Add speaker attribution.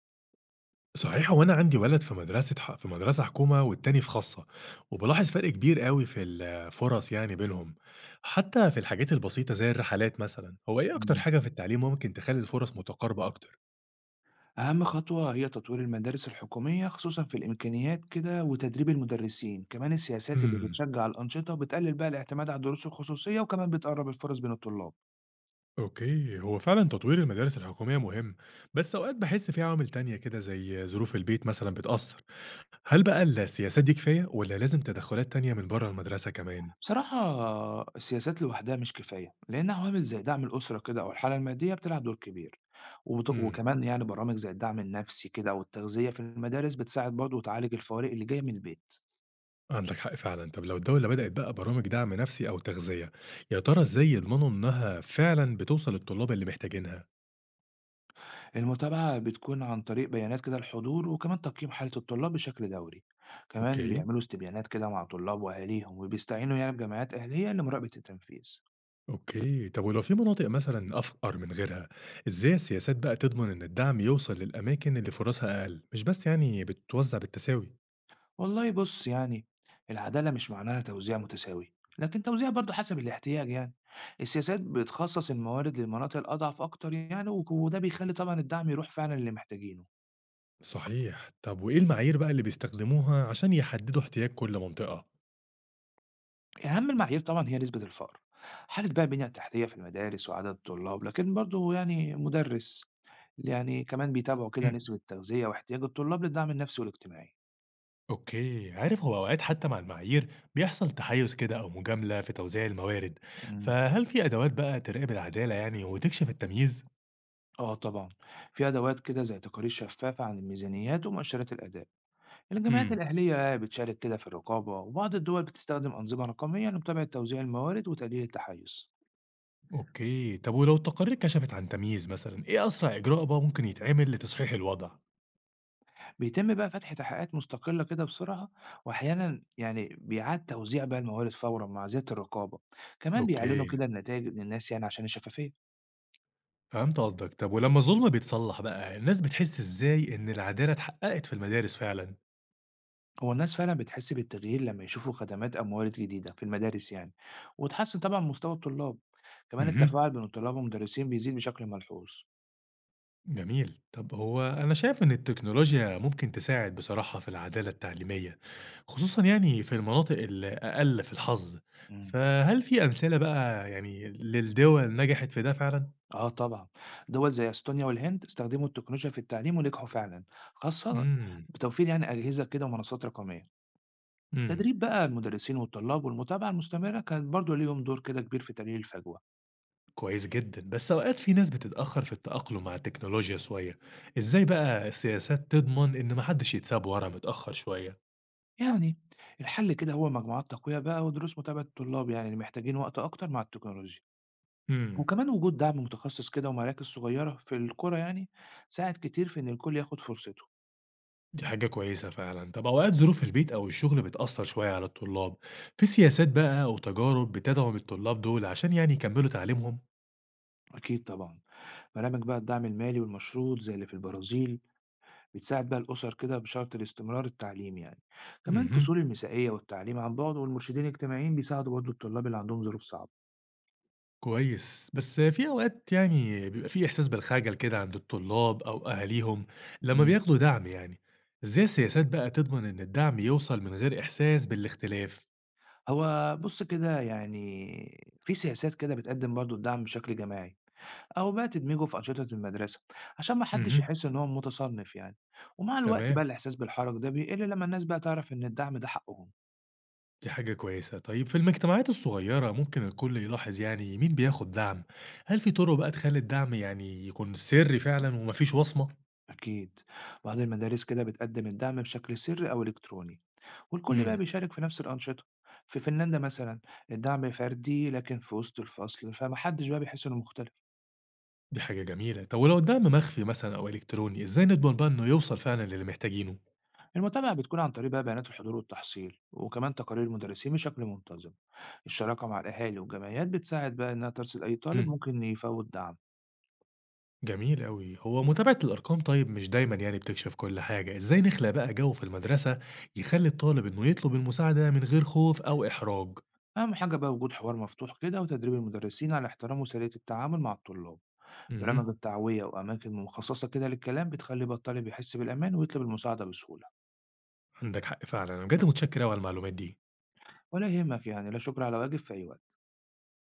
Speaker 1: صحيح هو أنا عندي ولد في مدرسة في مدرسة حكومة والتاني في خاصة، وبالاحظ فرق كبير أوي في الفُرَص يعني بينهم، حتى في الحاجات البسيطة زي الرحلات مثلًا، هو إيه أكتر
Speaker 2: إمم.
Speaker 1: حاجة في التعليم ممكن تخلّي الفُرَص متقاربة أكتر؟
Speaker 2: أهم خطوة هي تطوير المدارس الحكومية خصوصًا في الإمكانيات كده وتدريب المدرسين، كمان السياسات اللي
Speaker 1: إمم،
Speaker 2: بتشجّع الأنشطة بتقلل بقى الاعتماد على الدروس الخصوصية وكمان بتقرّب الفرص بين الطلاب.
Speaker 1: أوكي، هو فعلًا تطوير المدارس الحكومية مهم، بس أوقات باحس في عوامل تانية كده زي ظروف البيت مثلًا بتأثّر، هل بقى السياسات دي كفاية والّا لازم تدخلات تانية من برّه المدرسة كمان؟
Speaker 2: بصراحة، السياسات لوحدها مش كفاية، لإن عوامل زي دعم الأسرة كده أو الحالة المادية بتلعب دور كبير،
Speaker 1: إمم.
Speaker 2: وكمان يعني برامج زي الدعم النفسي كده والتغذية في المدارس بتساعد برضه وتعالج الفوارق اللي جاية من البيت.
Speaker 1: عندك حق فعلا. طب لو الدولة بدأت بقى برامج دعم نفسي أو تغذية، يا ترى إزاي يضمنوا إنها فعلا بتوصل للطلاب اللي محتاجينها؟
Speaker 2: المتابعة بتكون عن طريق بيانات كده الحضور وكمان تقييم حالة الطلاب بشكل دوري، كمان
Speaker 1: أوكي،
Speaker 2: بيعملوا استبيانات كده مع طلاب وأهاليهم وبيستعينوا يعني بجمعيات أهلية لمراقبة التنفيذ.
Speaker 1: أوكي، طب ولو في مناطق مثلا أفقر من غيرها، إزاي السياسات بقى تضمن إن الدعم يوصل للأماكن اللي فرصها أقل مش بس يعني بتتوزع بالتساوي؟
Speaker 2: والله بص يعني العدالة مش معناها توزيع متساوي لكن توزيع برضه حسب الاحتياج يعني السياسات بتخصص الموارد للمناطق الأضعف أكتر يعني وده بيخلي طبعا الدعم يروح فعلا للي محتاجينه.
Speaker 1: صحيح. طب وإيه المعايير بقى اللي بيستخدموها عشان يحددوا احتياج كل منطقة؟
Speaker 2: أهم المعايير طبعًا هي نسبة الفقر، حالة بقى البنية التحتية في المدارس وعدد الطلاب، لكن برضه يعني مُدرِّس يعني كمان بيتابعوا كده نسبة التغذية واحتياج الطلاب للدعم النفسي والاجتماعي.
Speaker 1: أوكي، عارف هو أوقات حتى مع المعايير بيحصل تحيُّز كده أو مجاملة في توزيع الموارد،
Speaker 2: امم.
Speaker 1: فهل في أدوات بقى تراقب العدالة يعني وتكشف التمييز؟
Speaker 2: آه طبعًا، في أدوات كده زي تقارير شفافة عن الميزانيات ومؤشرات الأداء. الجمعيات
Speaker 1: إمم،
Speaker 2: الأهلية بتشارك كده في الرقابة، وبعض الدول بتستخدم أنظمة رقمية لمتابعة توزيع الموارد وتقليل التحيز.
Speaker 1: أوكي، طب ولو التقارير كشفت عن تمييز مثلًا، إيه أسرع إجراء بقى ممكن يتعمل لتصحيح الوضع؟
Speaker 2: بيتم بقى فتح تحقيقات مستقلة كده بسرعة، وأحيانا يعني بيعاد توزيع بقى الموارد فورا مع زيادة الرقابة، كمان بيعلنوا
Speaker 1: أوكي،
Speaker 2: كده النتائج للناس يعني عشان الشفافية.
Speaker 1: فهمت قصدك. طب ولما الظلم بيتصلح بقى، الناس بتحس إزاي إن العدالة اتحققت في المدارس فعلًا؟
Speaker 2: هو الناس فعلا بتحس بالتغيير لما يشوفوا خدمات أو موارد جديدة في المدارس يعني وتحسن طبعا مستوى الطلاب، كمان
Speaker 1: اهم.
Speaker 2: التفاعل بين الطلاب والمدرسين بيزيد بشكل ملحوظ.
Speaker 1: جميل. طب هو أنا شايف إن التكنولوجيا ممكن تساعد بصراحة في العدالة التعليمية، خصوصًا يعني في المناطق الأقل في الحظ،
Speaker 2: مم.
Speaker 1: فهل في أمثلة بقى يعني للدول نجحت في ده فعلًا؟
Speaker 2: اه طبعا، دول زي استونيا والهند استخدموا التكنولوجيا في التعليم ونجحوا فعلا، خاصة
Speaker 1: إمم.
Speaker 2: بتوفير يعني أجهزة كده ومنصات رقمية،
Speaker 1: إمم.
Speaker 2: تدريب بقى المدرسين والطلاب والمتابعة المستمرة كان برضو ليهم دور كده كبير في تقليل الفجوة.
Speaker 1: كويس جدًا، بس أوقات في ناس بتتأخر في التأقلم مع التكنولوجيا شوية، إزاي بقى السياسات تضمن إن ما حدش يتساب ورا متأخر شوية؟
Speaker 2: يعني الحل كده هو مجموعات تقوية بقى ودروس متابعة الطلاب يعني اللي محتاجين وقت أكتر مع التكنولوجيا،
Speaker 1: إمم.
Speaker 2: وكمان وجود دعم متخصص كده ومراكز صغيرة في القرى يعني ساعد كتير في إن الكل ياخد فرصته.
Speaker 1: دي حاجة كويسة فعلًا. طب أوقات ظروف البيت أو الشغل بتأثّر شوية على الطلاب، في سياسات بقى أو تجارب بتدعم الطلاب دول عشان يعني يكمّلوا تعليمهم؟
Speaker 2: أكيد طبعا، برامج بقى الدعم المالي والمشروط زي اللي في البرازيل بتساعد بقى الأسر كده بشرط الاستمرار التعليمي يعني، كمان
Speaker 1: اهم.
Speaker 2: فصول المسائية والتعليم عن بعد والمرشدين الاجتماعيين بيساعدوا برضو الطلاب اللي عندهم ظروف صعبة.
Speaker 1: كويس. بس في أوقات يعني بيبقى في إحساس بالخجل كده عند الطلاب أو أهاليهم لمّا بياخدوا دعم يعني، إزاي السياسات بقى تضمن إن الدعم يوصل من غير إحساس بالاختلاف؟
Speaker 2: هو بُص كده يعني في سياسات كده بتقدّم برضه الدعم بشكل جماعي، أو بقى تدمجه في أنشطة المدرسة، عشان ما حدش
Speaker 1: اهم.
Speaker 2: يحس إن هو متصنف يعني، ومع الوقت
Speaker 1: تمام.
Speaker 2: بقى الإحساس بالحرج ده بيقل لما الناس بقى تعرف إن الدعم ده حقهم.
Speaker 1: دي حاجة كويسة. طيب في المجتمعات الصغيرة ممكن الكل يلاحظ يعني مين بياخد دعم، هل في طرق بقى تخلّي الدعم يعني يكون سري فعلًا وما فيش وصمة؟
Speaker 2: أكيد، بعض المدارس كده بتقدم الدعم بشكل سري أو إلكتروني، والكل بقى
Speaker 1: إمم.
Speaker 2: بيشارك في نفس الأنشطة، في فنلندا مثلًا الدعم فردي لكن في وسط الفصل، فما حدش بقى بيحس إنه مختلف.
Speaker 1: دي حاجة جميلة. طب ولو الدعم مخفي مثلًا أو إلكتروني، إزاي نضمن بقى إنه يوصل فعلًا للي محتاجينه؟
Speaker 2: المتابعة بتكون عن طريق بقى بيانات الحضور والتحصيل، وكمان تقارير المدرسين بشكل منتظم. الشراكة مع الأهالي والجمعيات بتساعد بقى إنها ترصد أي طالب
Speaker 1: إمم.
Speaker 2: ممكن يفوت دعم.
Speaker 1: جميل أوي. هو متابعة الأرقام طيب مش دايمًا يعني بتكشف كل حاجة، إزاي نخلق بقى جو في المدرسة يخلّي الطالب إنه يطلب المساعدة من غير خوف أو إحراج؟
Speaker 2: أهم حاجة بقى وجود حوار مفتوح كده وتدريب المدرسين على احترام وسرية التعامل مع الطلاب، برامج
Speaker 1: اهم.
Speaker 2: التعوية وأماكن مخصصة كده للكلام بتخلي بقى الطالب يحس بالأمان ويطلب المساعدة بسهولة.
Speaker 1: عندك حق فعلًا. أنا بجد متشكر أوي على المعلومات دي.
Speaker 2: ولا يهمك، يعني لا شكر على واجب في أي وقت.